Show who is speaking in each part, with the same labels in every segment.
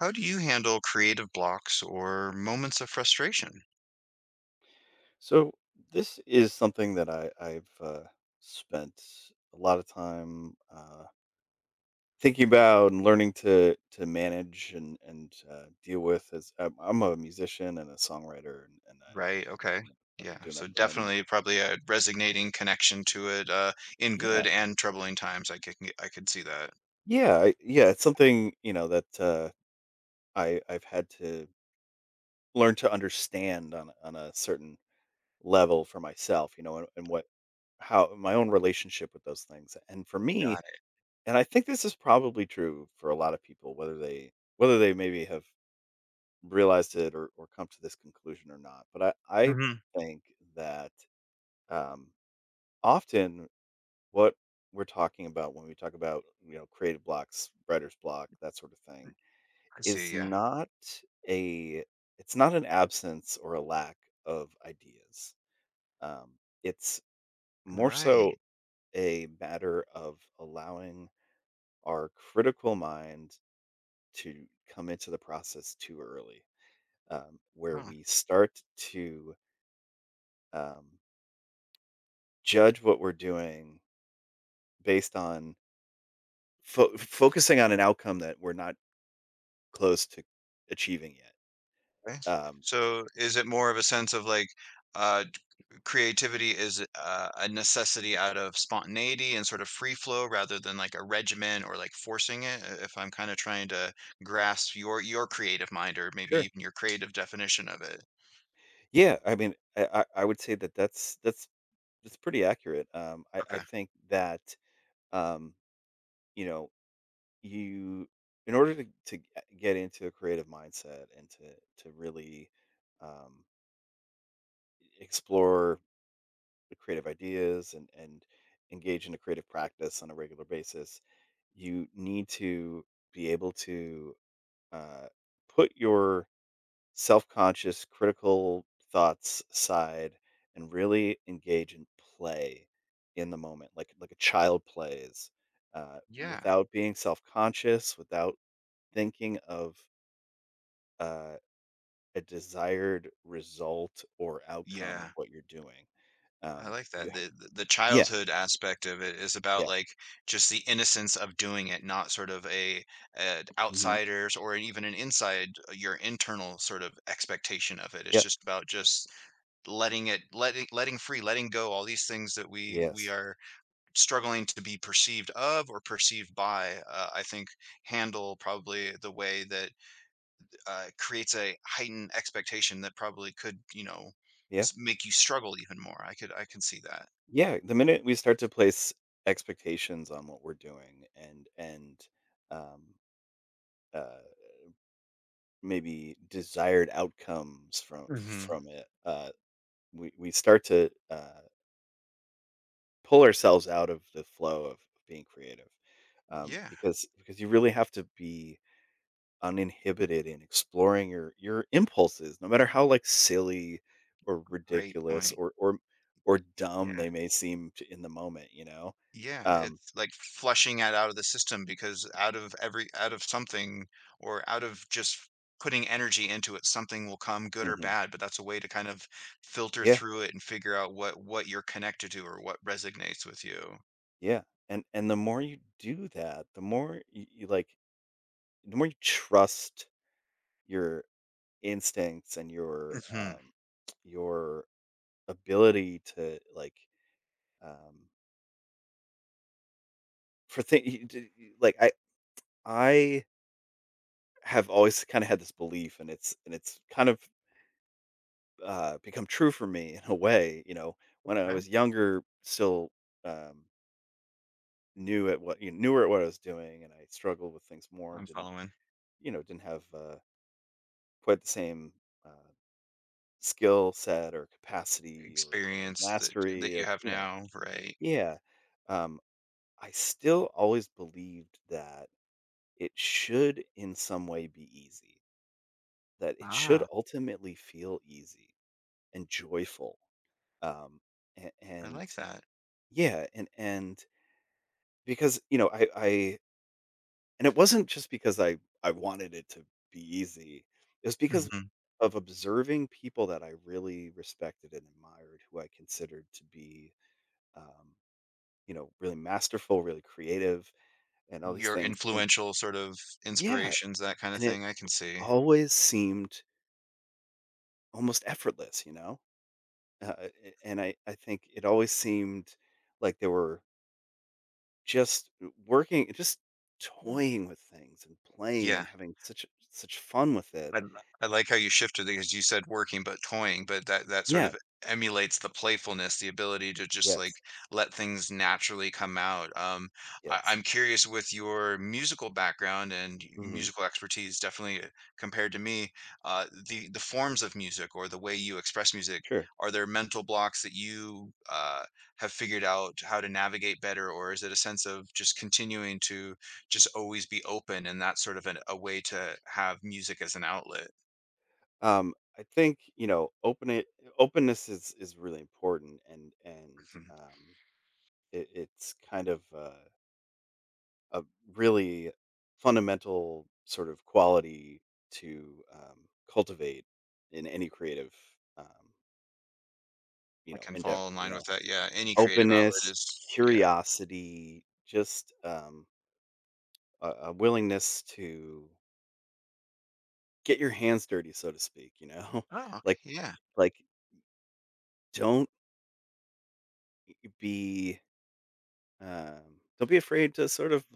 Speaker 1: How do you handle creative blocks or moments of frustration?
Speaker 2: So this is something that I've spent a lot of time thinking about and learning to manage and deal with. As I'm a musician and a songwriter, and, and I,
Speaker 1: Right, okay.
Speaker 2: I've been
Speaker 1: Yeah,
Speaker 2: doing that
Speaker 1: so
Speaker 2: for many.
Speaker 1: definitely probably a resonating connection to it, in
Speaker 2: Yeah,
Speaker 1: good and troubling times. I could see that.
Speaker 2: yeah, yeah. It's something that uh, I've had to learn to understand on a certain level for myself. You know, and what how my own relationship with those things. And for
Speaker 1: Got
Speaker 2: me,
Speaker 1: it.
Speaker 2: and I think this is probably true for a lot of people, whether they maybe have realized it, or come to this conclusion or not. But I
Speaker 1: Hmm.
Speaker 2: think that um, often what we're talking about when we talk about creative blocks, writer's block, that sort of thing,
Speaker 1: I see,
Speaker 2: is
Speaker 1: yeah.
Speaker 2: not a it's not an absence or a lack of ideas. Um, it's more so
Speaker 1: Right.
Speaker 2: a matter of allowing our critical mind to come into the process too early, where
Speaker 1: Oh,
Speaker 2: we start to um, judge what we're doing based on focusing on an outcome that we're not close to achieving yet.
Speaker 1: okay.
Speaker 2: Um,
Speaker 1: So is it more of a sense of like, uh, creativity is a necessity out of spontaneity and sort of free flow rather than like a regimen or like forcing it, if I'm kind of trying to grasp your creative mind, or maybe
Speaker 2: sure.
Speaker 1: even your creative definition of it.
Speaker 2: Yeah. I mean, I would say that that's pretty accurate. I
Speaker 1: Okay.
Speaker 2: think that um, you know you in order to, to get into a creative mindset and to really um, explore the creative ideas and engage in a creative practice on a regular basis, you need to be able to uh, put your self-conscious critical thoughts aside and really engage in play in the moment, like a child plays,
Speaker 1: Yeah,
Speaker 2: without being self-conscious, without thinking of uh, a desired result or outcome of
Speaker 1: yeah,
Speaker 2: what you're doing.
Speaker 1: I
Speaker 2: um,
Speaker 1: like
Speaker 2: you
Speaker 1: that
Speaker 2: ha-
Speaker 1: the
Speaker 2: yeah.
Speaker 1: childhood aspect of it is about
Speaker 2: Yeah.
Speaker 1: like just the innocence of doing it, not sort of a
Speaker 2: Hmm.
Speaker 1: outsiders or even an inside, your internal sort of expectation of it. It's just about just letting it, letting free, letting go all these things that we
Speaker 2: Yes.
Speaker 1: are struggling to be perceived of or perceived by, I think, handle probably the way that, creates a heightened expectation that probably could, you know,
Speaker 2: Yeah.
Speaker 1: make you struggle even more. I can see that.
Speaker 2: Yeah. The minute we start to place expectations on what we're doing and um, uh, maybe desired outcomes from
Speaker 1: Hmm.
Speaker 2: from it, we start to pull ourselves out of the flow of being creative, um,
Speaker 1: Yeah.
Speaker 2: because because you really have to be uninhibited in exploring your impulses, no matter how like silly or
Speaker 1: Great
Speaker 2: ridiculous
Speaker 1: point.
Speaker 2: or dumb
Speaker 1: Yeah.
Speaker 2: they may seem to, in the moment, you know.
Speaker 1: Yeah,
Speaker 2: Um,
Speaker 1: it's like flushing it out of the system, because out of every, out of something, or out of just putting energy into it, something will come, good or
Speaker 2: Mhm.
Speaker 1: bad, but that's a way to kind of filter
Speaker 2: Yeah,
Speaker 1: through it and figure out what you're connected to or what resonates with you.
Speaker 2: yeah, and the more you do that, the more like the more you trust your instincts and your,
Speaker 1: Hmm.
Speaker 2: your ability to, like, um, for thi like, I have always kinda had this belief, and it's kind of, become true for me in a way, you know, when I
Speaker 1: Right?
Speaker 2: was younger, still, um, new at what, you know, newer at what I was doing, and I struggled with things more, and
Speaker 1: I'm
Speaker 2: didn't,
Speaker 1: following.
Speaker 2: you know, didn't have, quite the same, uh, skill set or capacity or
Speaker 1: Experience, that
Speaker 2: mastery
Speaker 1: you
Speaker 2: of,
Speaker 1: have
Speaker 2: you know.
Speaker 1: now, right?
Speaker 2: Yeah. Um, I still always believed that it should in some way be easy, that it should
Speaker 1: Ah,
Speaker 2: ultimately feel easy and joyful. Um, a
Speaker 1: I
Speaker 2: and
Speaker 1: like that.
Speaker 2: yeah, and because, you know, I— and it wasn't just because I wanted it to be easy. It was because
Speaker 1: Hmm.
Speaker 2: of observing people that I really respected and admired, who I considered to be, um, you know, really masterful, really creative, and all these
Speaker 1: Your
Speaker 2: things. And
Speaker 1: influential sort of
Speaker 2: yeah,
Speaker 1: inspirations, that kind of
Speaker 2: and it
Speaker 1: thing. I can see.
Speaker 2: always seemed almost effortless, you know? Uh, and I think it always seemed like they were just working, just toying with things and playing and
Speaker 1: Yeah.
Speaker 2: having such fun with it.
Speaker 1: I like how you shifted, because you said working but toying, but that sort
Speaker 2: Yeah.
Speaker 1: of emulates the playfulness, the ability to just like
Speaker 2: Yes.
Speaker 1: let things naturally come out. I,
Speaker 2: Yes.
Speaker 1: I'm curious, with your musical background and
Speaker 2: Mhm.
Speaker 1: musical expertise, definitely, compared to me, the forms of music, or the way you express music,
Speaker 2: Sure.
Speaker 1: are there mental blocks that you, have figured out how to navigate better, or is it a sense of just continuing to just always be open, and that's sort of an a way to have music as an outlet.
Speaker 2: I think, you know, openness is really important and
Speaker 1: Mhm.
Speaker 2: it, it's kind of a really fundamental sort of quality to cultivate in any creative um, you
Speaker 1: I
Speaker 2: know
Speaker 1: can fall
Speaker 2: endeavor,
Speaker 1: in
Speaker 2: you
Speaker 1: line with
Speaker 2: know,
Speaker 1: that, yeah, any creative outlet,
Speaker 2: openness,
Speaker 1: is, yeah.
Speaker 2: curiosity, just a willingness to get your hands dirty, so to speak, you know
Speaker 1: Oh, okay,
Speaker 2: like
Speaker 1: yeah,
Speaker 2: like don't be, don't be afraid to sort of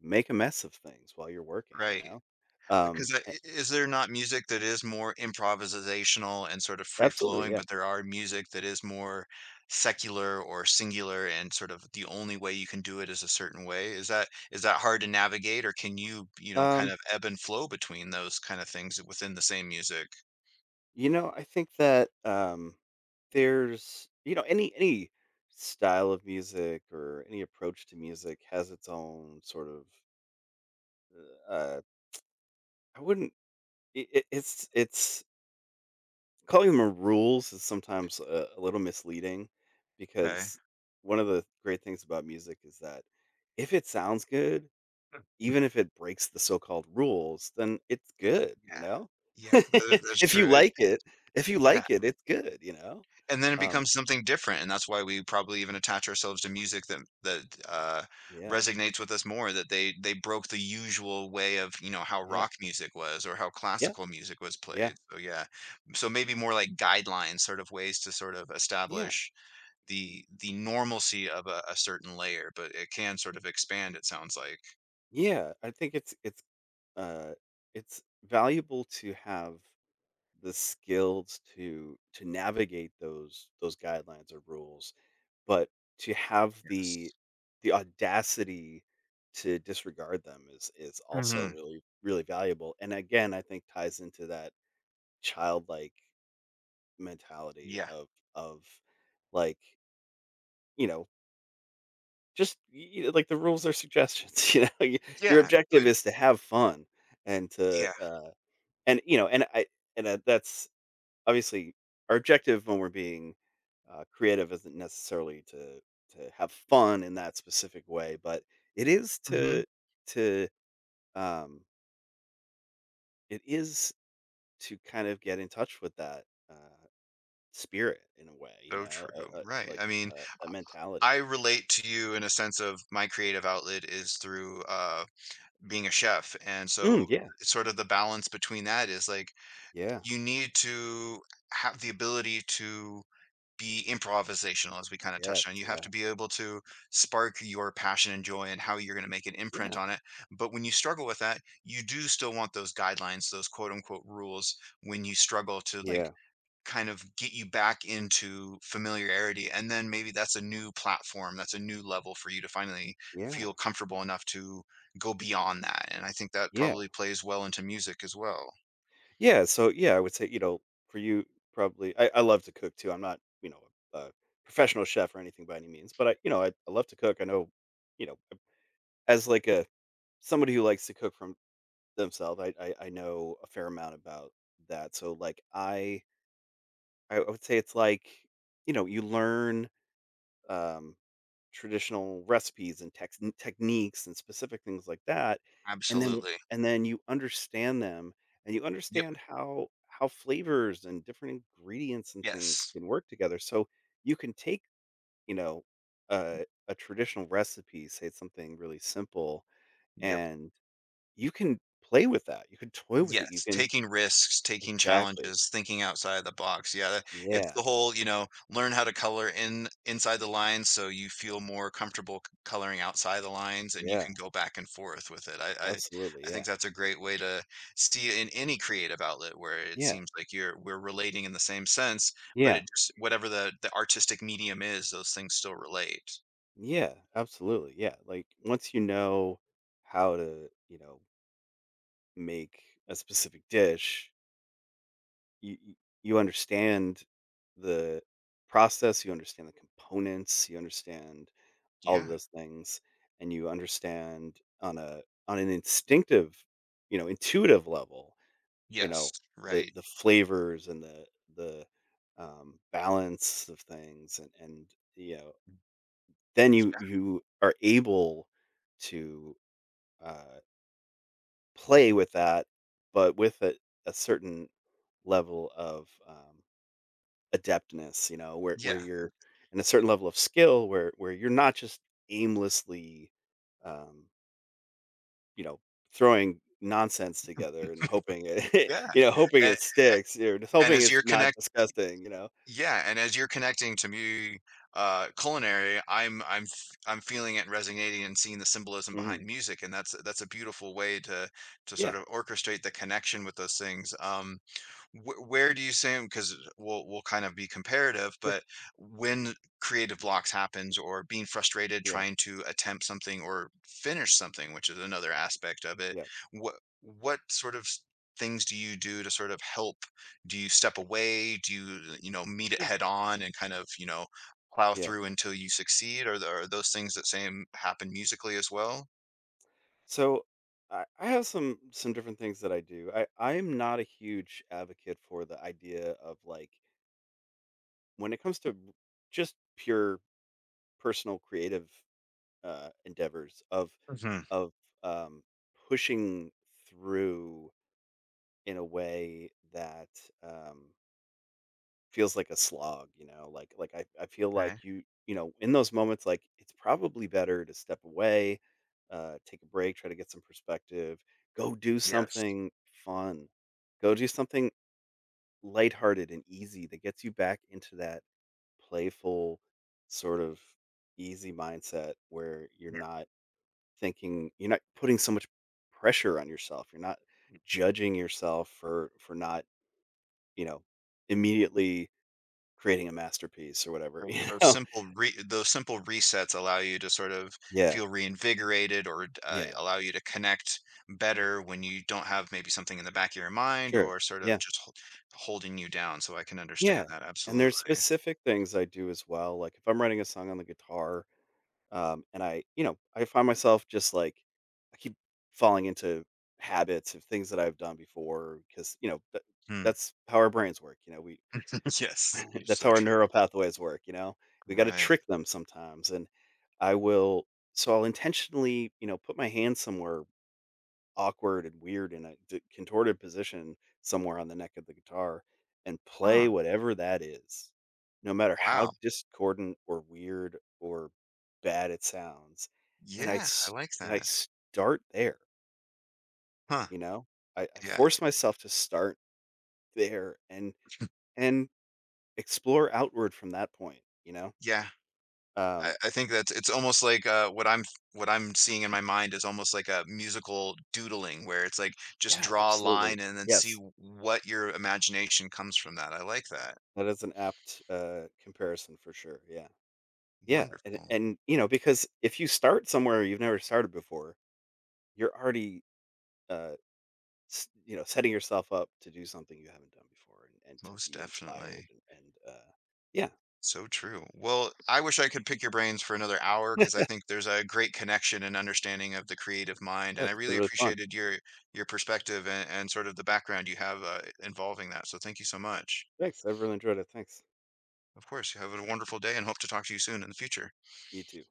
Speaker 2: make a mess of things while you're working, you
Speaker 1: right.
Speaker 2: know?
Speaker 1: Because
Speaker 2: A
Speaker 1: is there not music that is more improvisational and sort of free
Speaker 2: Absolutely,
Speaker 1: flowing,
Speaker 2: yeah.
Speaker 1: but there are music that is more secular or singular, and sort of the only way you can do it is a certain way? Is that, hard to navigate, or can you, you know, kind
Speaker 2: Um,
Speaker 1: of ebb and flow between those kinda things within the same music?
Speaker 2: you know, I think that, there's, you know, any style of music or any approach to music has its own sort of, uh I wouldn't I it's calling them rules is sometimes a little misleading
Speaker 1: Okay,
Speaker 2: because one of the great things about music is that if it sounds good, even if it breaks the so-called rules, then it's good, you
Speaker 1: yeah.
Speaker 2: know?
Speaker 1: Yeah, that that's
Speaker 2: If you
Speaker 1: true, it,
Speaker 2: like it, if you
Speaker 1: yeah,
Speaker 2: like it, it's good, you know?
Speaker 1: and then it
Speaker 2: Um,
Speaker 1: becomes something different, and that's why we probably even attach ourselves to music that
Speaker 2: yeah,
Speaker 1: resonates with us more, that they broke the usual way of, you know, how
Speaker 2: yeah,
Speaker 1: rock music was or how
Speaker 2: yeah,
Speaker 1: classical music was
Speaker 2: yeah,
Speaker 1: played, so yeah. So maybe more like guidelines, sort of ways to sort of
Speaker 2: yeah,
Speaker 1: establish the normalcy of a certain layer, but it can sort of expand, it sounds like,
Speaker 2: yeah, I think uh, it's valuable to have the skills to navigate those guidelines or rules, but to have
Speaker 1: yes.
Speaker 2: the audacity to disregard them is also
Speaker 1: Mhm,
Speaker 2: really, really valuable, and again, I think ties into that childlike mentality
Speaker 1: yeah.
Speaker 2: of like, you know, just y y like the rules are suggestions, you know? Y Your
Speaker 1: Yeah, but
Speaker 2: objective is to have fun and to,
Speaker 1: yeah,
Speaker 2: and, you know, that's obviously our objective when we're being, creative isn't necessarily to have fun in that specific way, but it is
Speaker 1: mhm,
Speaker 2: to, um, it is to kind of get in touch with that, uh spirit in a way, you
Speaker 1: so
Speaker 2: know,
Speaker 1: true,
Speaker 2: a
Speaker 1: right,
Speaker 2: like,
Speaker 1: I mean
Speaker 2: a
Speaker 1: I
Speaker 2: mentality.
Speaker 1: relate to you in a sense of my creative outlet is through, being a chef. And
Speaker 2: Mm,
Speaker 1: so,
Speaker 2: yeah,
Speaker 1: it's sort of the balance between that is like
Speaker 2: yeah,
Speaker 1: you need to have the ability to be improvisational, as we kind of touched
Speaker 2: yes,
Speaker 1: on. You have
Speaker 2: yeah,
Speaker 1: to be able to spark your passion and joy and how you're going to make an imprint
Speaker 2: yeah,
Speaker 1: on it. But when you struggle with that, you do still want those guidelines, those quote unquote rules, when you struggle to like
Speaker 2: yeah,
Speaker 1: kind of get you back into familiarity, and then maybe that's a new platform, that's a new level for you to finally
Speaker 2: yeah,
Speaker 1: feel comfortable enough to go beyond that, and I think that
Speaker 2: yeah,
Speaker 1: probably plays well into music as well.
Speaker 2: yeah, so, yeah, I would say, you know, for you probably— I love to cook too, I'm not, you know, a professional chef or anything by any means, but I, you know, I love to cook, I know, you know, as like a somebody who likes to cook from themselves, I know a fair amount about that, so, like, I— I would say it's like, you know, you learn, um traditional recipes and tex techniques and specific things like that, and then
Speaker 1: Absolutely.
Speaker 2: and then you understand them, and you
Speaker 1: Yep.
Speaker 2: understand how flavors and different ingredients and things
Speaker 1: Yes.
Speaker 2: can work together, so you can take, you know, a traditional recipe, say it's something really simple,
Speaker 1: Yep.
Speaker 2: and you can play with that, you can toy with it, you
Speaker 1: Yes,
Speaker 2: can—
Speaker 1: taking risks, taking
Speaker 2: exactly.
Speaker 1: challenges, thinking outside the box, yeah, that it's
Speaker 2: Yeah,
Speaker 1: the whole, you know, learn how to color in inside the lines so you feel more comfortable, c coloring outside the lines, and you
Speaker 2: yeah,
Speaker 1: can go back and forth with it. I
Speaker 2: absolutely,
Speaker 1: I
Speaker 2: yeah.
Speaker 1: think that's a great way to see it in any creative outlet, where it
Speaker 2: Yeah,
Speaker 1: seems like you're we're relating in the same sense, but
Speaker 2: yeah.
Speaker 1: it just, whatever the artistic medium is, those things still relate.
Speaker 2: Yeah, absolutely. Yeah. Like once you know how to, you know, make a specific dish, you you you understand the process, you understand the components, you understand all of
Speaker 1: Yeah.
Speaker 2: those things, and you understand on a on an instinctive, you know, intuitive level, you
Speaker 1: Yes,
Speaker 2: know,
Speaker 1: right.
Speaker 2: the flavors and the balance of things and you know, then you are able to uh, play with that, but with a certain level of adeptness, you know,
Speaker 1: Yeah,
Speaker 2: where
Speaker 1: yeah,
Speaker 2: you're— and a certain level of skill where you're not just aimlessly, um, you know, throwing nonsense together and hoping it,
Speaker 1: yeah,
Speaker 2: you know, hoping
Speaker 1: a
Speaker 2: it sticks or just
Speaker 1: and
Speaker 2: hoping
Speaker 1: as
Speaker 2: it's
Speaker 1: you're
Speaker 2: not
Speaker 1: connected.
Speaker 2: disgusting, you know?
Speaker 1: Yeah, and as you're connecting to me, culinary, I'm I'm feeling it and resonating and seeing the symbolism
Speaker 2: Hmm.
Speaker 1: behind music, and that's a beautiful way to
Speaker 2: Yeah.
Speaker 1: sort of orchestrate the connection with those things. Wh where do you say, because we'll kind of be comparative,
Speaker 2: Sure.
Speaker 1: but when creative blocks happens, or being frustrated
Speaker 2: Yeah.
Speaker 1: trying to attempt something or finish something, which is another aspect of it,
Speaker 2: Yeah.
Speaker 1: what sort of, things do you do to sort of help? Do you step away? Do you, you know, meet it
Speaker 2: Sure.
Speaker 1: head on and kind of, you know, plow
Speaker 2: Yeah.
Speaker 1: through until you succeed? Are those things that same happen musically as well?
Speaker 2: So I have some different things that I do. I am not a huge advocate for the idea of like when it comes to just pure personal creative endeavors
Speaker 1: Hmm.
Speaker 2: of um, pushing through in a way that um, feels like a slog, you know, like I feel
Speaker 1: Okay.
Speaker 2: like you know, in those moments like it's probably better to step away, take a break, try to get some perspective, go do
Speaker 1: Yes.
Speaker 2: something fun. Go do something lighthearted and easy that gets you back into that playful sort of easy mindset where you're
Speaker 1: Yeah.
Speaker 2: not thinking, you're not putting so much pressure on yourself. You're not judging yourself for not, you know, immediately creating a masterpiece or whatever,
Speaker 1: Those
Speaker 2: you
Speaker 1: those
Speaker 2: know?
Speaker 1: simple re those simple resets allow you to sort of
Speaker 2: Yeah,
Speaker 1: feel reinvigorated, or,
Speaker 2: yeah,
Speaker 1: allow you to connect better when you don't have maybe something in the back of your mind,
Speaker 2: sure,
Speaker 1: or sort
Speaker 2: yeah,
Speaker 1: of just holding you down, so I can understand
Speaker 2: yeah,
Speaker 1: that,
Speaker 2: and there's
Speaker 1: absolutely.
Speaker 2: specific things I do as well, like, if I'm writing a song on the guitar, and I, you know, I find myself just, like, I keep falling into habits of things that I've done before because, you know, that
Speaker 1: Hmm.
Speaker 2: that's how our brains work, you know, we
Speaker 1: Yes, you're
Speaker 2: that's
Speaker 1: so
Speaker 2: how our
Speaker 1: true.
Speaker 2: neural pathways work, you know? We gotta
Speaker 1: Right.
Speaker 2: trick them sometimes, and I will— so I'll intentionally, you know, put my hand somewhere awkward and weird in a contorted position somewhere on the neck of the guitar and play
Speaker 1: Huh,
Speaker 2: whatever that is, no matter how
Speaker 1: wow.
Speaker 2: discordant or weird or bad it sounds. And I
Speaker 1: Yeah, I
Speaker 2: s-
Speaker 1: like
Speaker 2: and I
Speaker 1: that.
Speaker 2: start there,
Speaker 1: Huh.
Speaker 2: you know. I
Speaker 1: Yeah,
Speaker 2: force myself to start there and explore outward from that point, you know.
Speaker 1: yeah.
Speaker 2: Um,
Speaker 1: I think that's, it's almost like, what I'm, what I'm seeing in my mind is almost like a musical doodling, where it's like, just
Speaker 2: yeah,
Speaker 1: draw a
Speaker 2: absolutely.
Speaker 1: line and then see
Speaker 2: Yes,
Speaker 1: what your imagination comes from that. I like that.
Speaker 2: that is an apt comparison for sure. Yeah. Yeah,
Speaker 1: Wonderful.
Speaker 2: and, you know, because if you start somewhere you've never started before, you're already, uh, s you know, setting yourself up to do something you haven't done before and to
Speaker 1: Most
Speaker 2: be inspired
Speaker 1: definitely.
Speaker 2: and, yeah,
Speaker 1: So true. Well, I wish I could pick your brains for another hour, because I think there's a great connection and understanding of the creative mind, and I
Speaker 2: that's been
Speaker 1: really
Speaker 2: really fun.
Speaker 1: appreciated your perspective and sort of the background you have, involving that, so thank you so much.
Speaker 2: Thanks, I've really enjoyed it, thanks.
Speaker 1: Of course, you have a wonderful day, and hope to talk to you soon in the future.
Speaker 2: You too.